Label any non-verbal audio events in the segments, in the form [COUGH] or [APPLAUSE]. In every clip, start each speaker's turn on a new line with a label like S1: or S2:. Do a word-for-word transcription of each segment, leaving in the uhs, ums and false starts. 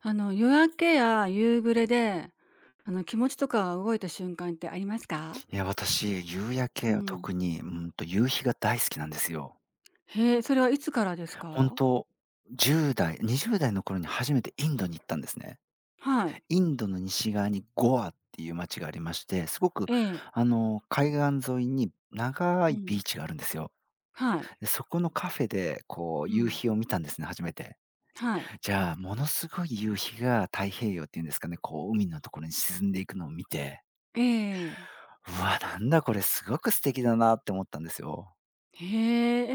S1: あの、夜明けや夕暮れで、あの、気持ちとか動いた瞬間ってありますか？
S2: いや、私、夕焼
S1: う
S2: け、
S1: ん。
S2: 特に、うんと、夕日が大好きなんですよ。
S1: へえ、それはいつからです
S2: 本当
S1: か？
S2: と、じゅう代、にじゅうだい代の頃に初めてインドに行ったんですね。
S1: はい。
S2: インドの西側にゴアっていう街がありまして、すごく、
S1: ええ。
S2: あの、海岸沿いに長
S1: う
S2: い
S1: ん。
S2: ビーチがあるんですよ。
S1: はい。
S2: で、そこのカフェで、こう、
S1: う
S2: 夕
S1: ん。
S2: 日を見たんですね、初めて。
S1: はい。
S2: じゃあ、ものすごい夕日が太平洋っていうんですかね、こう、海のところに沈んでいくのを見て、
S1: ええ
S2: うわ、なんだこれ、すごく素敵だなって思ったんですよ。
S1: へ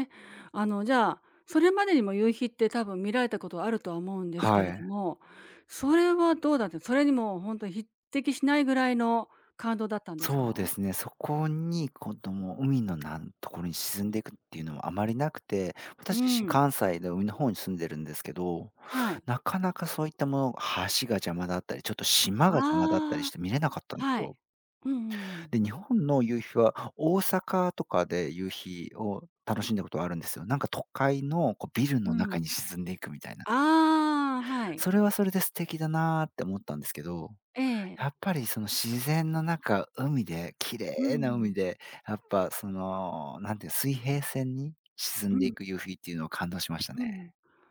S1: え。え、あの、じゃあ、それまでにも夕日って多分見られたことはあるとは思うんですけ
S2: は
S1: れど
S2: い。
S1: も、それはどうだった、それにも本当に匹敵しないぐらいの感動だったんです
S2: そうで
S1: か？
S2: すね、そこに、子供海のなんところに沈んでいくっていうのはあまりなくて、
S1: う
S2: 私自身
S1: ん。
S2: 関西で海の方に住んでるんですけど、
S1: はい。
S2: なかなかそういったもの、橋が邪魔だったり、ちょっと島が邪魔だったり
S1: あ
S2: し
S1: あ、
S2: て見れなかったんです
S1: はい。
S2: よ。
S1: うんうんうん。
S2: で、日本の夕日は大阪とかで夕日を楽しんだことはあるんですよ。なんか都会のこうビル
S1: う
S2: の中に
S1: ん。
S2: 沈んでいくみたいな。
S1: ああ、はい。
S2: それはそれで素敵だなーって思ったんですけど、
S1: え
S2: や
S1: え。
S2: っぱりその自然の中、海で、綺
S1: うん
S2: 麗
S1: う
S2: な海
S1: ん。
S2: で、やっぱその、なんていう、水平線に沈
S1: う
S2: んでい
S1: ん。
S2: く夕日っていうのを感動しましたね。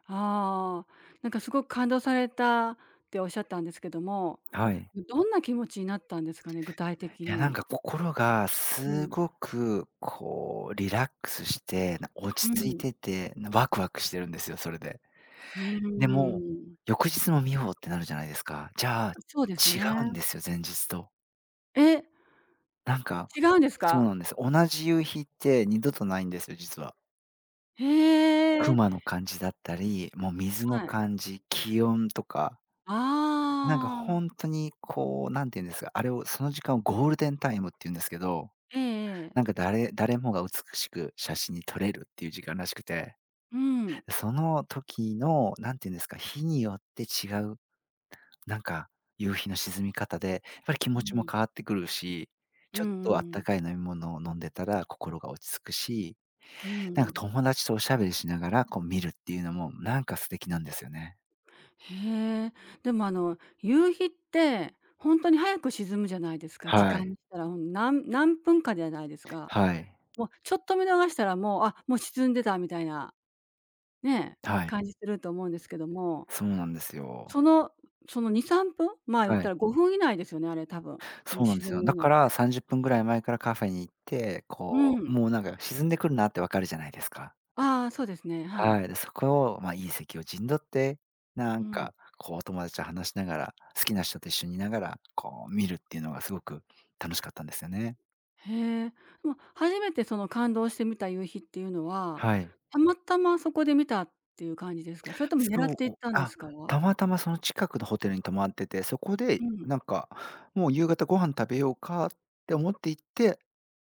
S1: ああ、なんかすごく感動されたっておっしゃったんですけども、
S2: はい。
S1: どんな気持ちになったんですかね？具体的
S2: いや、なん
S1: に。
S2: か心が
S1: う
S2: す
S1: ん。
S2: ごくこうリラックスして、な落
S1: う
S2: ち着い
S1: ん。
S2: てて、なワクワクしてるんですよ、それで。
S1: う
S2: で
S1: ー
S2: も、
S1: ん。
S2: 翌日も見ようってなるじゃないですか。じゃあ、
S1: そうです
S2: 違
S1: ね。
S2: うんですよ、前日と。
S1: え、
S2: なんか
S1: 違うんです
S2: そう
S1: か？
S2: なんです。同じ夕日って二度とないんですよ、実は。
S1: へえ。
S2: 熊の感じだったり、もう水の
S1: はい。
S2: 感じ、気温とか、なんか
S1: あ
S2: 本
S1: あ。
S2: 当にこう、なんて言うんですか、あれをその時間をゴールデンタイムって言うんですけど、
S1: えええ
S2: なん
S1: え。
S2: か誰誰もが美しく写真に撮れるっていう時間らしくて、
S1: うん。
S2: その時のなんて言うんですか、日によって違う、なんか夕日の沈み方で、やっぱり気
S1: う
S2: 持ちも
S1: ん。
S2: 変わってくるし、
S1: う
S2: ちょっ
S1: んう
S2: とあった
S1: ん。
S2: かい飲み物を飲んでたら心が落ち着くし、
S1: うんう
S2: なんか
S1: ん。
S2: 友達とおしゃべりしながらこう見るっていうのもなんか素敵なんですよね。
S1: へえ。でもあの、夕日って、本当に早く沈むじゃないですか、時
S2: は
S1: 間
S2: い。
S1: にしたら、うん、何何分かじゃないですか。
S2: はい。
S1: もうちょっと見逃したらもう、あ、もう沈んでたみたいな、ね、
S2: はい。
S1: 感じすると思うんですけども、
S2: そうなんですよ。
S1: そのそのに、さんぷん、まあ、言っ
S2: は
S1: た
S2: い。
S1: らごふん以内ですよね、あれ多分、も
S2: そ
S1: う
S2: うなん
S1: 沈
S2: ですよ。
S1: む
S2: だ
S1: の。
S2: からさんじゅっぷんぐらい前からカフェに行って、
S1: う
S2: こう、
S1: ん。
S2: もうなんか沈んでくるなってわかるじゃないですか。
S1: ああ、そうですね、はい。
S2: はい。で、そこを、まあ、いい席を陣取って、な
S1: う
S2: ん
S1: ん。
S2: か、こう、お友達と話しながら、好きな人と一緒にいながら、こう、見るっていうのがすごく楽しかったんですよね。
S1: へえ。でも、初めてその感動して見た夕日っていうのは、
S2: はい。
S1: たまたまそこで見たっていう感じですか？それとも狙っ
S2: そ
S1: て行
S2: う、
S1: ったんで
S2: あ、
S1: すか？
S2: たまたまその近くのホテルに泊まってて、そこ
S1: う
S2: で
S1: ん、
S2: なんか、もう夕方ご飯食べようかって思って行って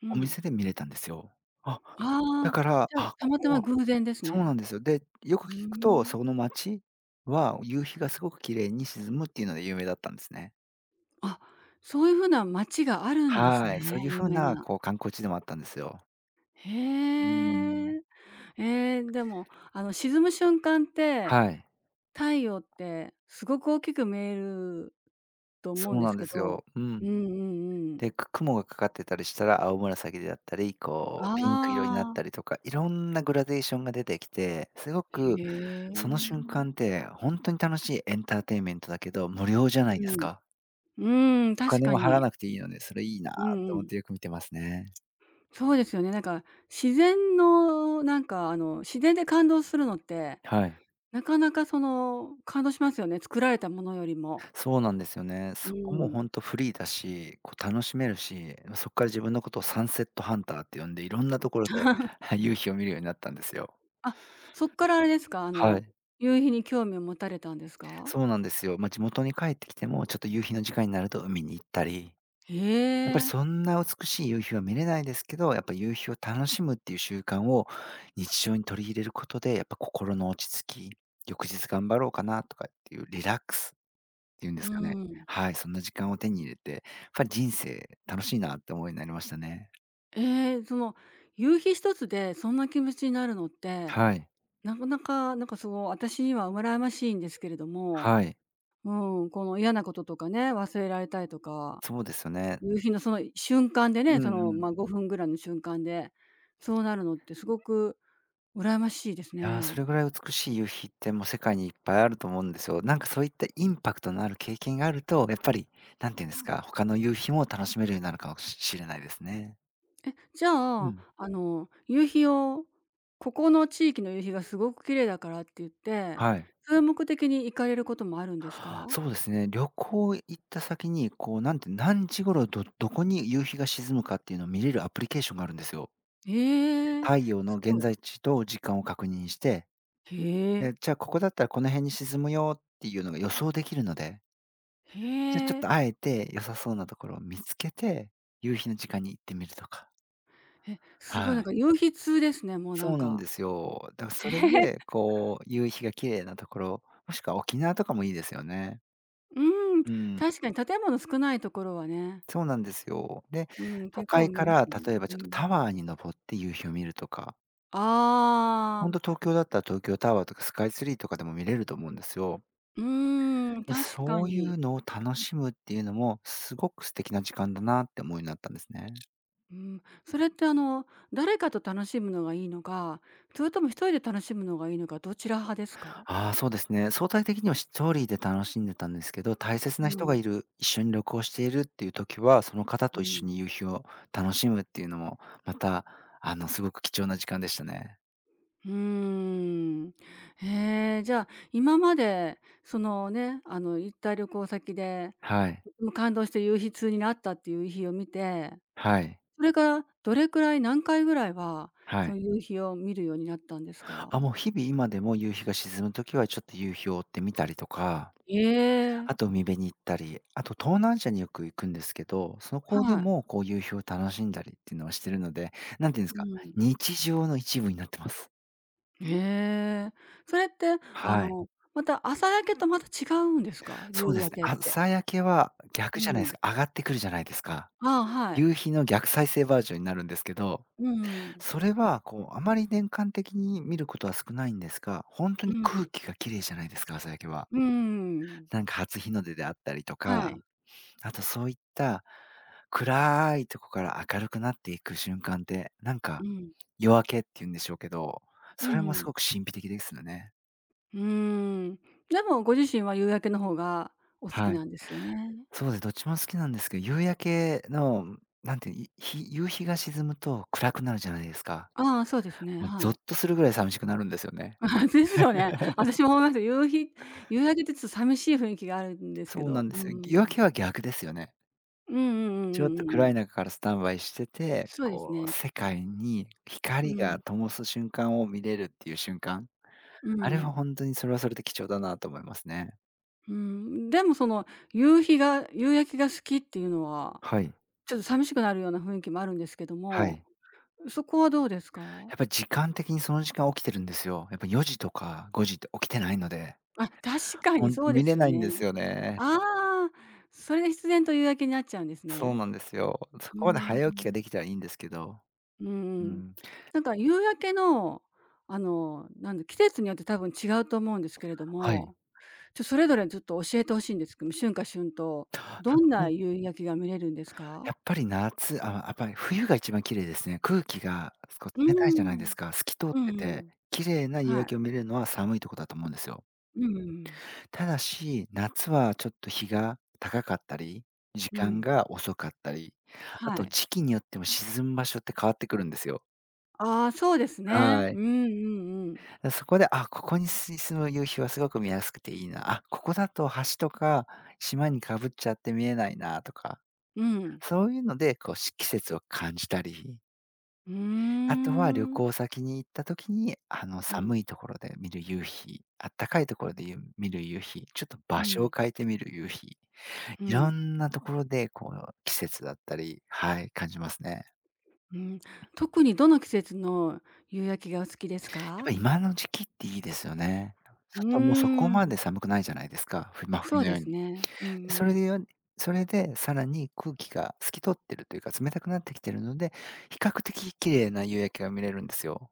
S1: う
S2: お
S1: ん。
S2: 店で見れたんですよ。あ、だ
S1: ああ、
S2: から、
S1: じゃあ、
S2: あ、
S1: た
S2: こ
S1: また
S2: こ
S1: ま
S2: は
S1: 偶然です
S2: そうな
S1: ね。
S2: んですよ。で、よく
S1: うー
S2: 聞くと、
S1: ん。
S2: その街は夕日がすごく綺麗に沈むっていうので有名だったんですね。
S1: あ、そういう風な街があるんです
S2: は
S1: ね、
S2: い、そういう
S1: 有
S2: 風
S1: 名
S2: な
S1: な。
S2: こう観光地でもあったんですよ。
S1: へ
S2: うーん。
S1: え。ええ、でも、あの、沈む瞬間って、
S2: はい、
S1: 太陽ってすごく大きく見えると思う
S2: そ
S1: ん
S2: う
S1: で
S2: な
S1: す
S2: んで
S1: け
S2: す
S1: ど。
S2: よ。う
S1: う
S2: ん。
S1: んうんう
S2: で、
S1: ん。
S2: く雲がかかってたりしたら青紫であったり、こう
S1: あ
S2: ピンク色になったり
S1: あ。
S2: とか、いろんなグラデーションが出てきて、すご
S1: へ
S2: くその
S1: え。
S2: 瞬間ってほんとに楽しいエンターテインメントだけど、無料じゃない
S1: う
S2: です
S1: ん。
S2: か。
S1: うーん、
S2: お
S1: 確
S2: 金
S1: か
S2: も払わ
S1: に。
S2: なくていいので、それいいな
S1: うんう
S2: と思っ
S1: ん。
S2: てよく見てますね。
S1: そうですよね。なんか、自然のなんか、あの、自然で感動するのって、
S2: はい。
S1: なかなかその、感動しますよね、作られたものよりも。
S2: そうなんですよね。
S1: う
S2: そこも
S1: ん。
S2: ほんとフリーだし、こう楽しめるし、ま、そっから自分のことをサンセットハンターって呼んで、いろんなところで [LAUGHS]、は
S1: [LAUGHS]
S2: い、夕日を見るようになったんですよ。
S1: あ、そっからあれですか、あ
S2: は
S1: の、
S2: い。
S1: 夕日に興味を持たれたんですか？
S2: そうなんですよ。ま、地元に帰ってきても、ちょっと夕日の時間になると海に行ったり、
S1: へ
S2: やっぱり
S1: え。
S2: そんな美しい夕日は見れないですけど、やっぱ夕日を楽しむっていう習慣を日常に取り入れることで、やっぱ心の落ち着き、翌日頑張ろうかなとかっていうリラックスていうんで
S1: う
S2: すかね。
S1: ん。
S2: はい、そんな時間を手に入れて、やっぱり人生楽しいなって思いになりましたね。
S1: ええ、その、夕日一つでそんな気持ちになるのって、
S2: はい、
S1: なかなか、なんかすごい私には羨ましいんですけれども。
S2: はい、
S1: うん、この嫌なこととかね、忘れられたいとか、
S2: そうですよね。
S1: 夕日のその瞬間でね、
S2: うんう
S1: その、
S2: ん。
S1: まあ、ごふんぐらいの瞬間で、そうなるのってすごく羨ましいです
S2: いや、
S1: ね。
S2: それぐらい美しい夕日ってもう世界にいっぱいあると思うんですよ。なんかそういったインパクトのある経験があると、やっぱり、なんていうんですか、他の夕日も楽しめるようになるかもしれないですね。
S1: え、じ
S2: う
S1: ゃあ、
S2: ん、
S1: あの、夕日を、ここの地域の夕日がすごく綺麗だからって言って、
S2: はい。
S1: そういう目的に行かれることもあるんです
S2: あ、
S1: か？
S2: そうですね。旅行行った先に、こう、なんて何時頃どどこに夕日が沈むかっていうのを見れるアプリケーションがあるんですよ。
S1: へえ、
S2: 太陽の
S1: す
S2: 現
S1: ごい。
S2: 在地と時間を確認して、
S1: へえ、
S2: で、じゃあここだったらこの辺に沈むよっていうのが予想できるので、じゃ、あちょっ
S1: へえ。
S2: とあえて良さそうなところを見つけて、夕日の時間に行ってみるとか。
S1: え、すごい
S2: は
S1: なん
S2: い。
S1: か夕日通ですね、もうな
S2: そ
S1: ん
S2: うなん
S1: か。
S2: ですよ。だからそれで、
S1: [LAUGHS]
S2: こう、夕日が綺麗なところ、もしくは沖縄とかもいいですよね。
S1: うん、
S2: うん、
S1: 確かに建物少ないところはね。
S2: そうなんですよ。で、
S1: うん、
S2: 都
S1: 結構
S2: 会
S1: 見
S2: か
S1: ます
S2: ら
S1: ね。
S2: 例えば
S1: う
S2: ちょっとタワ
S1: ん。
S2: ーに登って夕日を見るとか、
S1: あ
S2: 本
S1: あ、
S2: 当東京だったら東京タワーとかスカイツリーとかでも見れると思うんですよ。
S1: うーん、確か
S2: そうい
S1: に。
S2: うのを楽しむっていうのも、すごく素敵な時間だなって思うようになったんですね。
S1: うん、それってあの、誰かと楽しむのがいいのか、それとも一人で楽しむのがいいのか、どちら派ですか？
S2: ああ、そうですね。相対的にはリ人で楽しんでたんですけど、大切な
S1: う
S2: 人が
S1: ん、
S2: いる、一緒に旅行しているっていう時は、その方
S1: う
S2: と一
S1: ん。
S2: 緒に夕日を楽しむっていうのも、また、あの、すごく貴重な時間でしたね。
S1: うーん。へえ、じゃあ、今までそのね、あの、行った旅行先で、
S2: はい。
S1: とても感動して夕日通になったっていう夕日を見て、
S2: はい。
S1: それからどれくらい、何回ぐらいは、
S2: は
S1: そ
S2: い。
S1: の夕日を見るようになったんですか？
S2: あ、もう日々今でも夕日が沈む時は、ちょっと夕日を追ってみたりとか
S1: ええ、
S2: あと海辺に行ったり、あと東南アジアによく行くんですけど、そこで
S1: はい。
S2: もこう夕日を楽しんだりっていうのはしてるので、なんていうんです
S1: う
S2: か、
S1: ん。
S2: 日常の一部になってます。
S1: へえ。それって、あ
S2: はい。
S1: の、また朝焼けとまた違うんですか？夕
S2: そうです
S1: 焼
S2: ね。
S1: けって。
S2: 朝焼けは逆
S1: う
S2: じゃないで
S1: ん。
S2: すか、上がってくるじゃないですか。
S1: ああ、はい。
S2: 夕日の逆再生バージョンになるんですけど、
S1: うんうん。
S2: それはこうあまり年間的に見ることは少ないんですが、本当
S1: う
S2: に
S1: ん。
S2: 空気が綺麗じゃないですか、朝焼けは。
S1: ーん。
S2: なんか初日の出であったりと
S1: は
S2: か
S1: い。
S2: あとそういった暗いとこから明るくなっていく瞬間って、なん
S1: う
S2: か
S1: ん。
S2: 夜明けっていうんでしょうけど、
S1: う
S2: そ
S1: ん
S2: れも
S1: う
S2: す
S1: ん。
S2: ごく神秘的ですよね。
S1: うーん。でもご自身は夕焼けの方がお好き
S2: はい。
S1: なんですよね。
S2: そうで、どっちも好きなんですけど、夕焼けの、なんていうの、い日夕日が沈むと暗くなるじゃないですか。
S1: ああ、そうですね、
S2: もう
S1: は
S2: ゾ
S1: い。
S2: ッとするぐらい寂しくなるんですよね。
S1: [LAUGHS] ですよね。
S2: [LAUGHS]
S1: 私も思います。夕日夕焼けってちょっと寂しい雰囲気があるんですけ
S2: そうな
S1: ど。
S2: んで
S1: うー
S2: すよ。夜明
S1: ん。
S2: けは逆ですよね。
S1: うんうんうんう
S2: ちょっ
S1: んう
S2: と
S1: んう
S2: 暗
S1: ん。
S2: い中からスタンバイしてて、
S1: そうです
S2: こ
S1: ね。
S2: う世
S1: うん。
S2: 界に
S1: う
S2: 光が
S1: ん、
S2: 灯す瞬間を見れるっていう瞬間
S1: う
S2: あれは
S1: ん、
S2: 本当にそれはそれで貴重だなと思いますね。
S1: うん。でもその、夕日が夕焼けが好きっていうのは、
S2: はい、
S1: ちょっと寂しくなるような雰囲気もあるんですけど
S2: は
S1: も、
S2: い。
S1: そこはどうですか？
S2: やっぱり時間的にその時間起きてるんですよ。やっぱよじとかごじって起きてないので、
S1: あ、確か
S2: ほ
S1: に
S2: ん
S1: そ
S2: と
S1: うで
S2: 見れ
S1: すよ
S2: ないん
S1: ね。
S2: ですよね。
S1: ああ、それで必然と夕焼けになっちゃうんです
S2: そう
S1: ね。
S2: なんですよ。そ
S1: うー
S2: こまで
S1: ん。
S2: 早起きができたらいいんですけど。
S1: う
S2: う
S1: ん。
S2: ん。
S1: なんか夕焼けの、あの、なんだ、季節によって多分違うと思うんですけれど
S2: はい。
S1: も、ちょそれぞれちょっと教えて欲しいんですけども、春夏春冬、
S2: なん
S1: ど
S2: か
S1: ん
S2: ほ
S1: な
S2: ん
S1: 夕焼けが見れるんですか？
S2: やっぱり夏あ、やっぱり冬が一番綺麗ですね。空気がこ
S1: うー
S2: う冷たいじゃないで
S1: ん。
S2: すか。透き通っ
S1: う
S2: て
S1: んう
S2: て、
S1: ん。
S2: 綺麗な夕
S1: は
S2: 焼
S1: い。
S2: けを見れるのは寒いとこだと思うんですよ。
S1: うんうんうん。
S2: ただし、夏はちょっと日が高かったり、時
S1: う
S2: 間
S1: ん。
S2: が遅かったり、あ
S1: は
S2: と
S1: い。
S2: 時期によっても沈む場所って変わってくるんですよ。
S1: ああ、そうですね。
S2: はい。
S1: うんうんうん。
S2: だそこで、あ、ここにす沈む夕日はすごく見やすくていいな。あ、ここだと橋とか島にかぶっちゃって見えないなとか、
S1: うん。
S2: そういうので、こうし季節を感じたり、
S1: うー
S2: あとは旅
S1: ん。
S2: 行先に行った時に、あの
S1: うん、
S2: 寒いところで見る夕日、あったかいところでゆ見る夕日、ちょっと
S1: う
S2: 場所を
S1: ん、
S2: 変えて見る夕日、
S1: う
S2: いろ
S1: ん、
S2: んなところで、こう、季節だったり、はい、感じますね。
S1: うん。特にどの季節の夕焼けがお好きです
S2: やっ
S1: か？
S2: ぱ今の時期っていいですよね。
S1: う
S2: 外もそこ
S1: ー
S2: まで
S1: ん。
S2: 寒くないじゃないですか、ふ真
S1: そ
S2: 冬
S1: う
S2: のよ
S1: で
S2: う
S1: す
S2: に。
S1: ね。うんう
S2: それ
S1: ん。
S2: でよそれでさらに空気が透き通ってるというか、冷たくなってきてるので、比較的綺麗な夕焼けが見れるんですよ。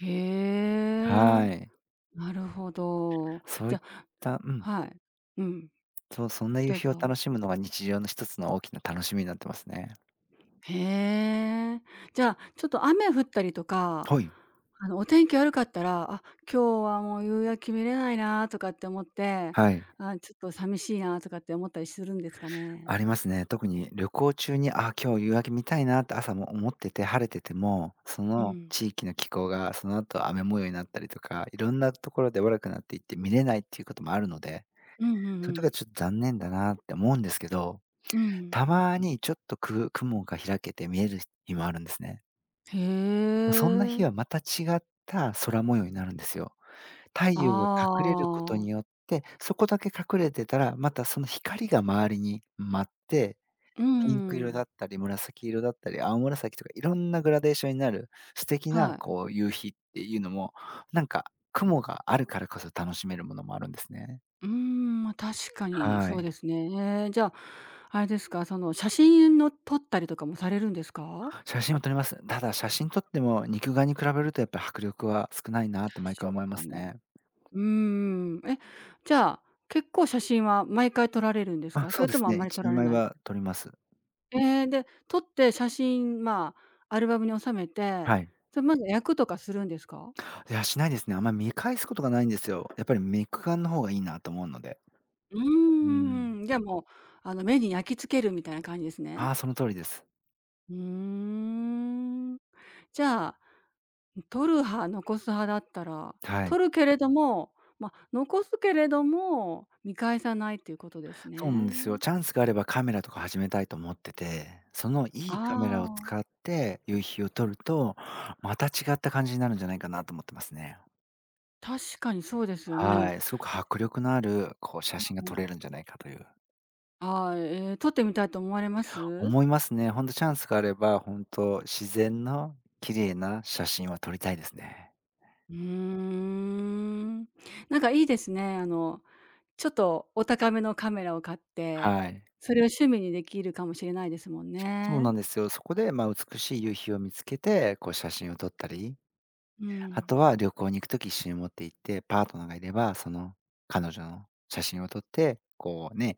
S1: へ
S2: は
S1: え、
S2: い。
S1: なるほど。
S2: そう
S1: じ
S2: いっ
S1: ゃ
S2: たうん、
S1: はい。うん、
S2: そう、そんな夕
S1: どう
S2: 日を
S1: ぞ。
S2: 楽しむのが日常の一つの大きな楽しみになってますね。
S1: へえ。じゃあ、ちょっと雨降ったりとか、
S2: はい。
S1: あの、お天気悪かったら、あ、今日はもう夕焼け見れないなとかって思って、
S2: はい。
S1: あ、ちょっと寂しいなとかって思ったりするんですかね？
S2: ありますね。特に旅行中に、あ、今日夕焼け見たいなって朝も思ってて、晴れてても、そ
S1: う
S2: の
S1: ん。
S2: 地域の気候がその後雨模様になったりとか、いろんなところで悪くなっていって見れないっていうこともあるので、
S1: うんうんう
S2: そういう時は
S1: ん。
S2: ちょっと残念だなって思うんですけど、
S1: うん。
S2: たまにちょっとく雲が開けて見える日もあるんですね。
S1: へ
S2: ま、そんな日はま
S1: え。
S2: た違った空模様になるんですよ。太
S1: あ
S2: 陽が隠れることに
S1: あ。
S2: よって、そこだけ隠れてたら、またその光が周りに舞って、
S1: う
S2: ピンク色だ
S1: ん。
S2: ったり、紫色だったり、青紫とかいろんなグラデーションになる素敵な
S1: はい。
S2: こう夕日っていうのも、なんか雲があるからこそ楽しめるものもあるんですね。
S1: うーん、まあ、確かに
S2: は
S1: そう
S2: い。
S1: ですね。ええ、じゃあ、あれですか、その写真の撮ったりとかもされるんですか？
S2: 写真を撮ります。ただ、写真撮っても肉眼に比べるとやっぱり迫力は少ないなって毎回思い
S1: 確
S2: ま
S1: か
S2: す
S1: に。
S2: ね。
S1: うーん。え、じゃあ、結構写真は毎回撮られるんです
S2: あ、
S1: か？そ
S2: そう
S1: れ
S2: で
S1: と
S2: す
S1: もあん
S2: ね。
S1: まり
S2: いち、
S1: 撮られ
S2: にまい
S1: ない。
S2: は撮ります。
S1: ええ、で、撮って写真、まあ、アルバムに収めて、
S2: はい。
S1: それまず焼くとかするんですか？
S2: いや、しないですね。あんま見返すことがないんですよ。やっぱり肉眼の方がいいなと思うので。
S1: う
S2: うん。
S1: ーん。じゃあ、もう、あの、目に焼き付けるみたいな感じですね。
S2: ああ、その通りです。
S1: うーん。じゃあ、撮る派、残す派だったら、
S2: はい。
S1: 撮るけれども、ま、残すけれども、見返さないっていうことです
S2: そうなん
S1: ね。
S2: ですよ。チャンスがあればカメラとか始めたいと思ってて、そのい
S1: あ
S2: いカメラを
S1: あ。
S2: 使って夕日を撮ると、また違った感じになるんじゃないかなと思ってますね。
S1: 確かにそうですよ
S2: は
S1: ね。
S2: い。すごく迫力のある、こう写真が
S1: う
S2: 撮
S1: ん。
S2: れるんじゃないかという。
S1: はい、えー撮ってみたいと思われます？
S2: 思いますね。ほんとチャンスがあれば、ほんと自然の綺麗な写真は撮りたいですね。
S1: うーん。なんかいいですね。あの、ちょっとお高めのカメラを買って、
S2: はい。
S1: それを趣味にできるかもしれないですもん
S2: そう
S1: ね。
S2: なんですよ。そこで、まあ、美しい夕日を見つけて、こう写真を撮ったり、
S1: う
S2: あ
S1: ん。
S2: とは旅行に行くとき一緒に持って行って、パートナーがいれば、その彼女の写真を撮って、こうね、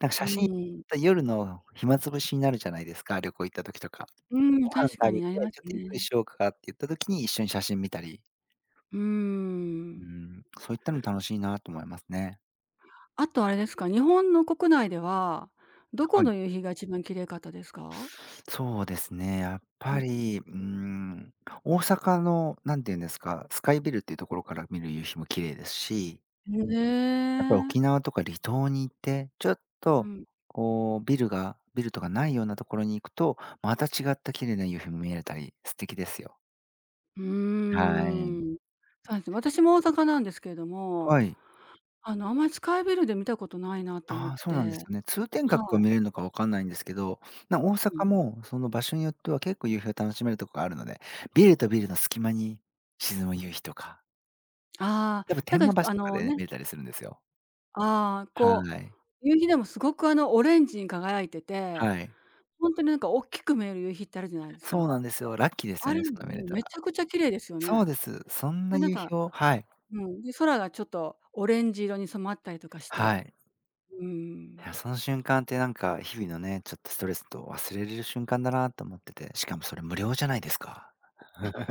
S2: なんか
S1: う
S2: 写真撮
S1: ん。
S2: った夜の暇つぶしになるじゃないですか、旅行行った時とか。
S1: うん、
S2: ご飯
S1: 確か
S2: 食
S1: に
S2: べて、
S1: なります
S2: ちょっとゆっくり
S1: ね。
S2: しようかって言った時に一緒に写真見たり、
S1: うー
S2: う
S1: ん。
S2: ん、そういったの楽しいなと思いますね。
S1: あとあれですか、日本の国内では、どこ
S2: はい。
S1: の夕日が一番綺麗かったですか？
S2: そうですね、やっ
S1: う
S2: ぱ
S1: ん。
S2: り、うーん、大阪の、なんていうんですか、スカイビルっていうところから見る夕日も綺麗ですし、
S1: へ
S2: やっぱり
S1: え。
S2: 沖縄とか離島に行って、ちょっ
S1: う
S2: と
S1: ん。
S2: こうビルがビルとかないようなところに行くと、また違った綺麗な夕日も見れたり、素敵ですよ。
S1: う
S2: はい。
S1: ーん。そうですね、私も大阪なんですけれども、
S2: はい。
S1: あの、あんまりスカイビルで見たことないなと思っ
S2: ああ、そうなんです
S1: て。
S2: よね。通天閣
S1: は
S2: が見
S1: い。
S2: れるのかわかんないんですけど、な大
S1: う
S2: 阪
S1: ん。
S2: もその場所によっては結構夕日を楽しめるとこがあるので、ビルとビルの隙間に沈む夕日とか、
S1: あ
S2: やっぱ
S1: あ、
S2: 天
S1: なん
S2: 満橋
S1: かあ
S2: とか
S1: の
S2: でね、
S1: ね、
S2: 見れたりするんですよ。
S1: ああ、
S2: は
S1: こ
S2: い。
S1: う、夕日でもすごくあのオレンジに輝いてて、
S2: はい。
S1: ほんとになんか大きく見える夕日ってあるじゃないです
S2: そう
S1: か。
S2: なんですよ。ラッキーです
S1: あ
S2: よ
S1: れ、
S2: ね、
S1: ね、
S2: それ見れた
S1: め
S2: ら。
S1: ちゃくちゃ綺麗ですよ
S2: そう
S1: ね。
S2: です。そん
S1: で、
S2: な
S1: なん
S2: 夕
S1: か。
S2: 日を、はい。
S1: うん、で、空がちょっとオレンジ色に染まったりとかして。
S2: はい。
S1: うーん。
S2: いや、その瞬間ってなんか、日々のね、ちょっとストレスと忘れれる瞬間だなと思ってて、しかもそれ無料じゃないですか。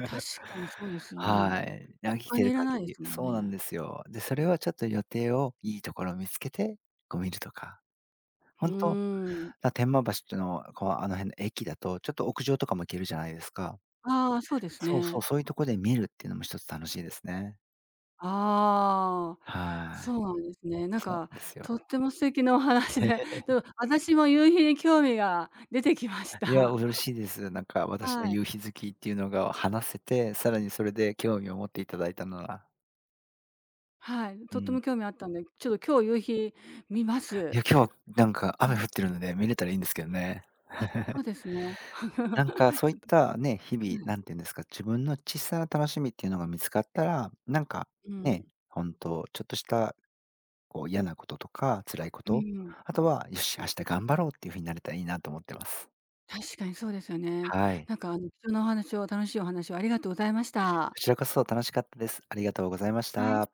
S1: 確かにそうですよね。
S2: はい。い生
S1: お
S2: きて
S1: 金
S2: る
S1: いらな
S2: 限
S1: いで
S2: り、
S1: すもん
S2: そうなん
S1: ね。
S2: ですよ。で、それはちょっと予定をいいところを見つけて、こう見るとか。
S1: う
S2: ほんと、
S1: ーん。
S2: だ天満橋っていうのは、こう、あの辺の駅だと、ちょっと屋上とかも行けるじゃないですか。
S1: ああ、そうです
S2: そうそう、
S1: ね。
S2: そういうとこで見るっていうのも一つ楽しいですね。
S1: ああ、
S2: は
S1: そ
S2: い。
S1: うなんですね。なん
S2: そうなん
S1: か、
S2: ですよ。
S1: とっても素敵なお話で、[LAUGHS] でも私も夕日に興味が出てきまし
S2: いや、
S1: た。
S2: 嬉し
S1: [LAUGHS]
S2: いです。なんか私の
S1: はい。
S2: 夕日好きっていうのが話せて、さらにそれで興味を持っていただいたのは、
S1: はい、
S2: う
S1: とって
S2: ん。
S1: も興味あったんで、ちょっと今日夕日見ま
S2: い
S1: す。
S2: や、今日なんか雨
S1: は
S2: 降
S1: い。
S2: ってるので見れたらいいんですけどね。
S1: あ、そ
S2: [LAUGHS]
S1: うですね。
S2: なんか
S1: [LAUGHS]
S2: そうい
S1: ち
S2: っ
S1: ょっと、
S2: たね、日々、
S1: はい、
S2: なんていうんですか、自分の小さな楽しみっていうのが見つかったら、なんか
S1: うん。
S2: ね、ほんとちょっとしたこう嫌なこととか辛いこ
S1: う
S2: と、
S1: ん。
S2: あとは、よし、明日頑張ろうっていう風になれたらいいなと思ってます。
S1: 確かにそうですよね。
S2: はい。
S1: なんかあの貴重なお話を、楽しいお話をありがとうございました。
S2: こちらこそ楽しかったです。ありがとうございまし
S1: はい。
S2: た。